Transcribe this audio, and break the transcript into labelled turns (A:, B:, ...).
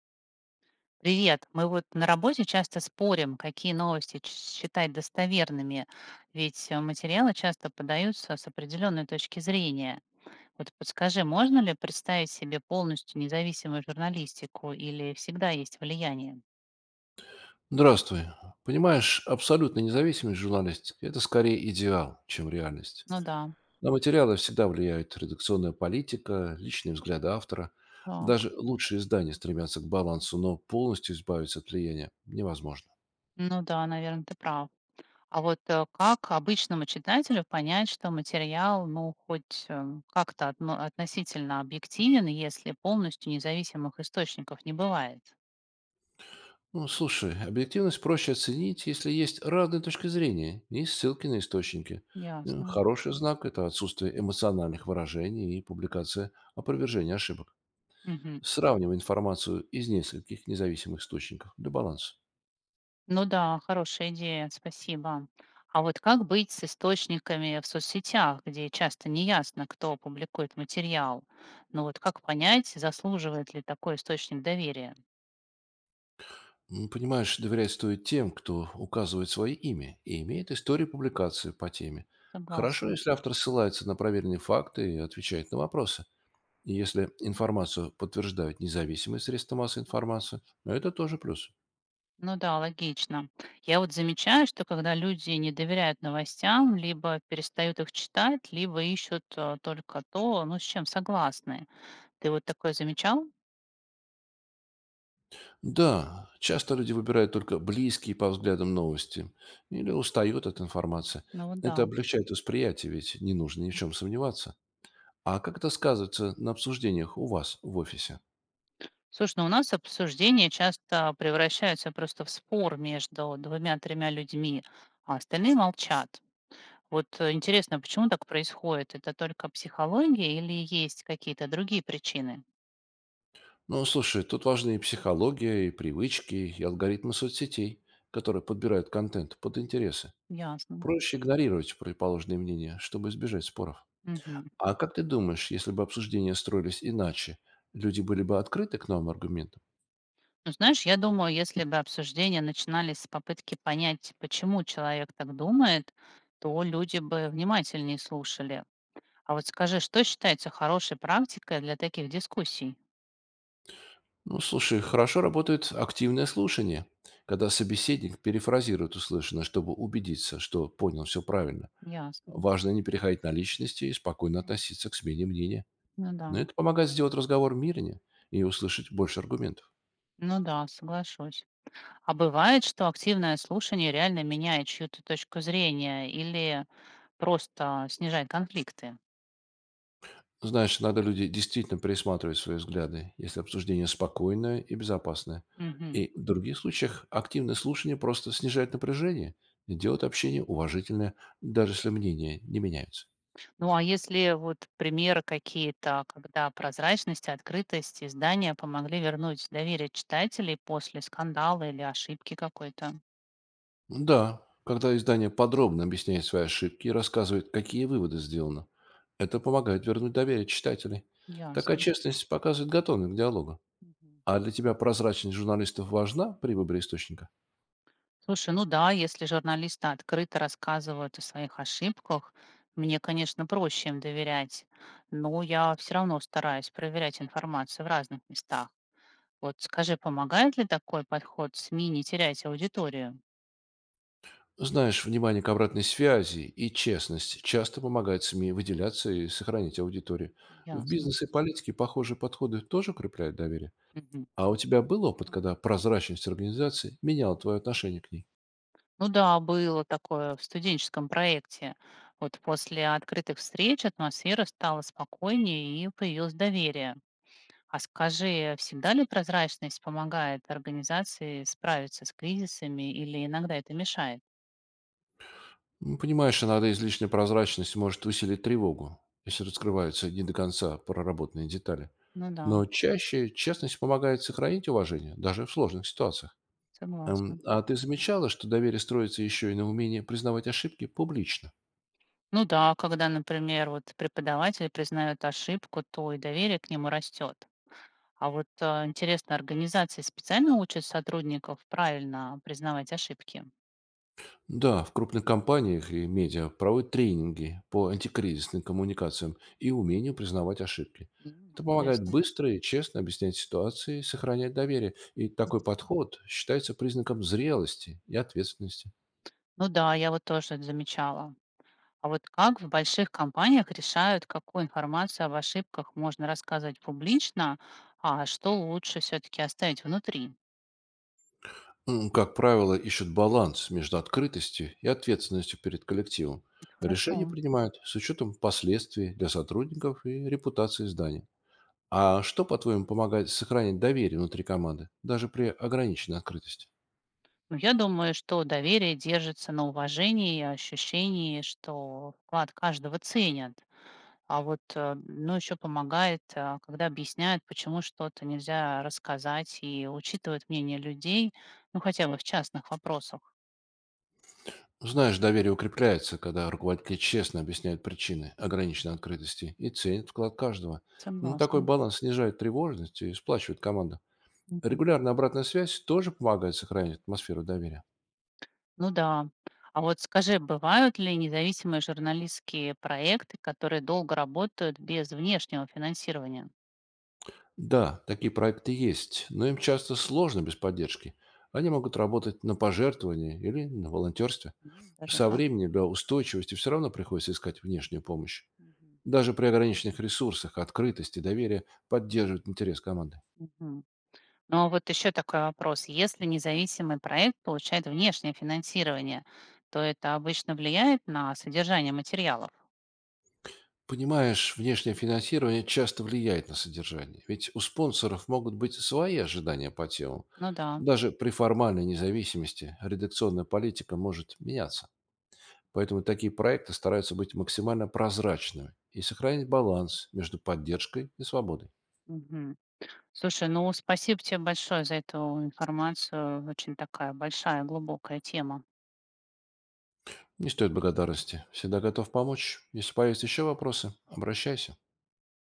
A: Привет. Мы вот на работе часто спорим, какие новости считать достоверными, ведь материалы часто подаются с определенной точки зрения. Вот подскажи, можно ли представить себе полностью независимую журналистику или всегда есть влияние?
B: Здравствуй. Понимаешь, абсолютная независимость журналистики– это скорее идеал, чем реальность.
A: Ну да,
B: На материалы всегда влияют редакционная политика, личные взгляды автора.
A: так.
B: Даже лучшие издания стремятся к балансу, но полностью избавиться от влияния невозможно.
A: Ну да, наверное, ты прав. А вот как обычному читателю понять, что материал, ну, хоть относительно объективен, если полностью независимых источников не бывает?
B: Ну, слушай, объективность проще оценить, если есть разные точки зрения и ссылки на источники. Ну,
A: Ясно.
B: хороший знак– это отсутствие эмоциональных выражений и публикация опровержения ошибок.
A: Мгм.
B: Сравнивай информацию из нескольких независимых источников для баланса.
A: Ну да, хорошая идея, спасибо. А вот как быть с источниками в соцсетях, где часто неясно, кто публикует материал? Ну вот как понять, заслуживает ли такой источник доверия?
B: Понимаешь, доверять стоит тем, кто указывает свое имя и имеет историю публикации по теме. Хорошо,
A: Согласна.
B: если автор ссылается на проверенные факты и отвечает на вопросы. И если информацию подтверждают независимые средства массовой информации, но это тоже плюс.
A: Ну да, логично. Я вот замечаю, что когда люди не доверяют новостям, либо перестают их читать, либо ищут только то, ну, с чем согласны. Ты вот такое замечал?
B: Да, часто люди выбирают только близкие по взглядам новости или устают от информации.
A: Ну вот да.
B: Это облегчает восприятие, ведь не нужно ни в чем сомневаться. А как это сказывается на обсуждениях у вас в офисе?
A: Слушай, ну у нас обсуждения часто превращаются просто в спор между двумя-тремя людьми, а остальные молчат. Вот интересно, почему так происходит? Это только психология или есть какие-то другие причины?
B: Ну, слушай, тут важны и психология, и привычки, и алгоритмы соцсетей, которые подбирают контент под интересы.
A: Ясно.
B: Проще игнорировать противоположные мнения, чтобы избежать споров.
A: Мгм.
B: А как ты думаешь, если бы обсуждения строились иначе, люди были бы открыты к новым аргументам?
A: Ну, знаешь, я думаю, если бы обсуждения начинались с попытки понять, почему человек так думает, то люди бы внимательнее слушали. А вот скажи, что считается хорошей практикой для таких дискуссий?
B: Ну, слушай, хорошо работает активное слушание, когда собеседник перефразирует услышанное, чтобы убедиться, что понял все правильно.
A: Ясно.
B: Важно не переходить на личности и спокойно относиться к смене мнения.
A: Ну да.
B: Но это помогает сделать разговор мирнее и услышать больше аргументов.
A: Ну да, соглашусь. А бывает, что активное слушание реально меняет чью-то точку зрения или просто снижает конфликты?
B: Знаешь, иногда люди действительно пересматривают свои взгляды, если обсуждение спокойное и безопасное.
A: Мгм.
B: И в других случаях активное слушание просто снижает напряжение и делает общение уважительное, даже если мнения не меняются.
A: Ну а если вот примеры какие-то, когда прозрачность, открытость, издания помогли вернуть доверие читателей после скандала или ошибки какой-то?
B: Да, когда издание подробно объясняет свои ошибки и рассказывает, какие выводы сделаны, это помогает вернуть доверие читателей. Такая
A: Ясно.
B: честность показывает готовность к диалогу.
A: Мгм.
B: А для тебя прозрачность журналистов важна при выборе источника?
A: Слушай, ну да, если журналисты открыто рассказывают о своих ошибках, мне, конечно, проще им доверять, но я все равно стараюсь проверять информацию в разных местах. Вот скажи, помогает ли такой подход СМИ не терять аудиторию?
B: Знаешь, внимание к обратной связи и честность часто помогает СМИ выделяться и сохранить аудиторию. В
A: Ясно.
B: бизнесе и политике похожие подходы тоже укрепляют доверие.
A: Мгм.
B: А у тебя был опыт, когда прозрачность организации меняла твое отношение к ней?
A: Ну да, было такое в студенческом проекте. Вот после открытых встреч атмосфера стала спокойнее и появилось доверие. А скажи, всегда ли прозрачность помогает организации справиться с кризисами или иногда это мешает?
B: Ну, понимаешь, иногда излишняя прозрачность может усилить тревогу, если раскрываются не до конца проработанные детали.
A: Ну да,
B: Но чаще честность помогает сохранить уважение, даже в сложных ситуациях.
A: согласна.
B: А ты замечала, что доверие строится еще и на умении признавать ошибки публично?
A: Ну да, когда, например, вот преподаватели признают ошибку, то и доверие к нему растет. А вот, а, интересно, организации специально учат сотрудников правильно признавать ошибки?
B: Да, в крупных компаниях и медиа проводят тренинги по антикризисным коммуникациям и умению признавать ошибки.
A: М,
B: Это помогает
A: интересно.
B: быстро и честно объяснять ситуации сохранять доверие. И такой подход считается признаком зрелости и ответственности.
A: Ну да, я вот тоже это замечала. А вот как в больших компаниях решают, какую информацию об ошибках можно рассказывать публично, а что лучше все-таки оставить внутри?
B: Как правило, ищут баланс между открытостью и ответственностью перед коллективом.
A: Это
B: Решения
A: хорошо.
B: принимают с учетом последствий для сотрудников и репутации здания. А что, по-твоему, помогает сохранить доверие внутри команды, даже при ограниченной открытости?
A: Ну, я думаю, что доверие держится на уважении и ощущении, что вклад каждого ценят. А вот, ну, еще помогает, когда объясняют, почему что-то нельзя рассказать, и учитывают мнение людей, ну, хотя бы в частных вопросах.
B: Знаешь, доверие укрепляется, когда руководители честно объясняют причины ограниченной открытости и ценят вклад каждого. Ну, такой
A: Согласна.
B: баланс снижает тревожность и сплачивает команду.
A: Мгм.
B: Регулярная обратная связь тоже помогает сохранить атмосферу доверия.
A: Ну да. А вот скажи, бывают ли независимые журналистские проекты, которые долго работают без внешнего финансирования?
B: Да, такие проекты есть, но им часто сложно без поддержки. Они могут работать на пожертвовании или на волонтерстве.
A: М, даже
B: Со
A: так.
B: временем для устойчивости все равно приходится искать внешнюю помощь.
A: Мгм.
B: Даже при ограниченных ресурсах открытость и доверие поддерживают интерес команды.
A: Мгм. Ну, а вот еще такой вопрос. Если независимый проект получает внешнее финансирование, то это обычно влияет на содержание материалов?
B: Понимаешь, внешнее финансирование часто влияет на содержание, ведь у спонсоров могут быть свои ожидания по темам.
A: Ну да.
B: Даже при формальной независимости редакционная политика может меняться. Поэтому такие проекты стараются быть максимально прозрачными и сохранить баланс между поддержкой и свободой.
A: Мгм. Слушай, ну спасибо тебе большое за эту информацию. Очень такая большая, глубокая тема.
B: Не стоит благодарности. Всегда готов помочь. Если появятся еще вопросы, обращайся.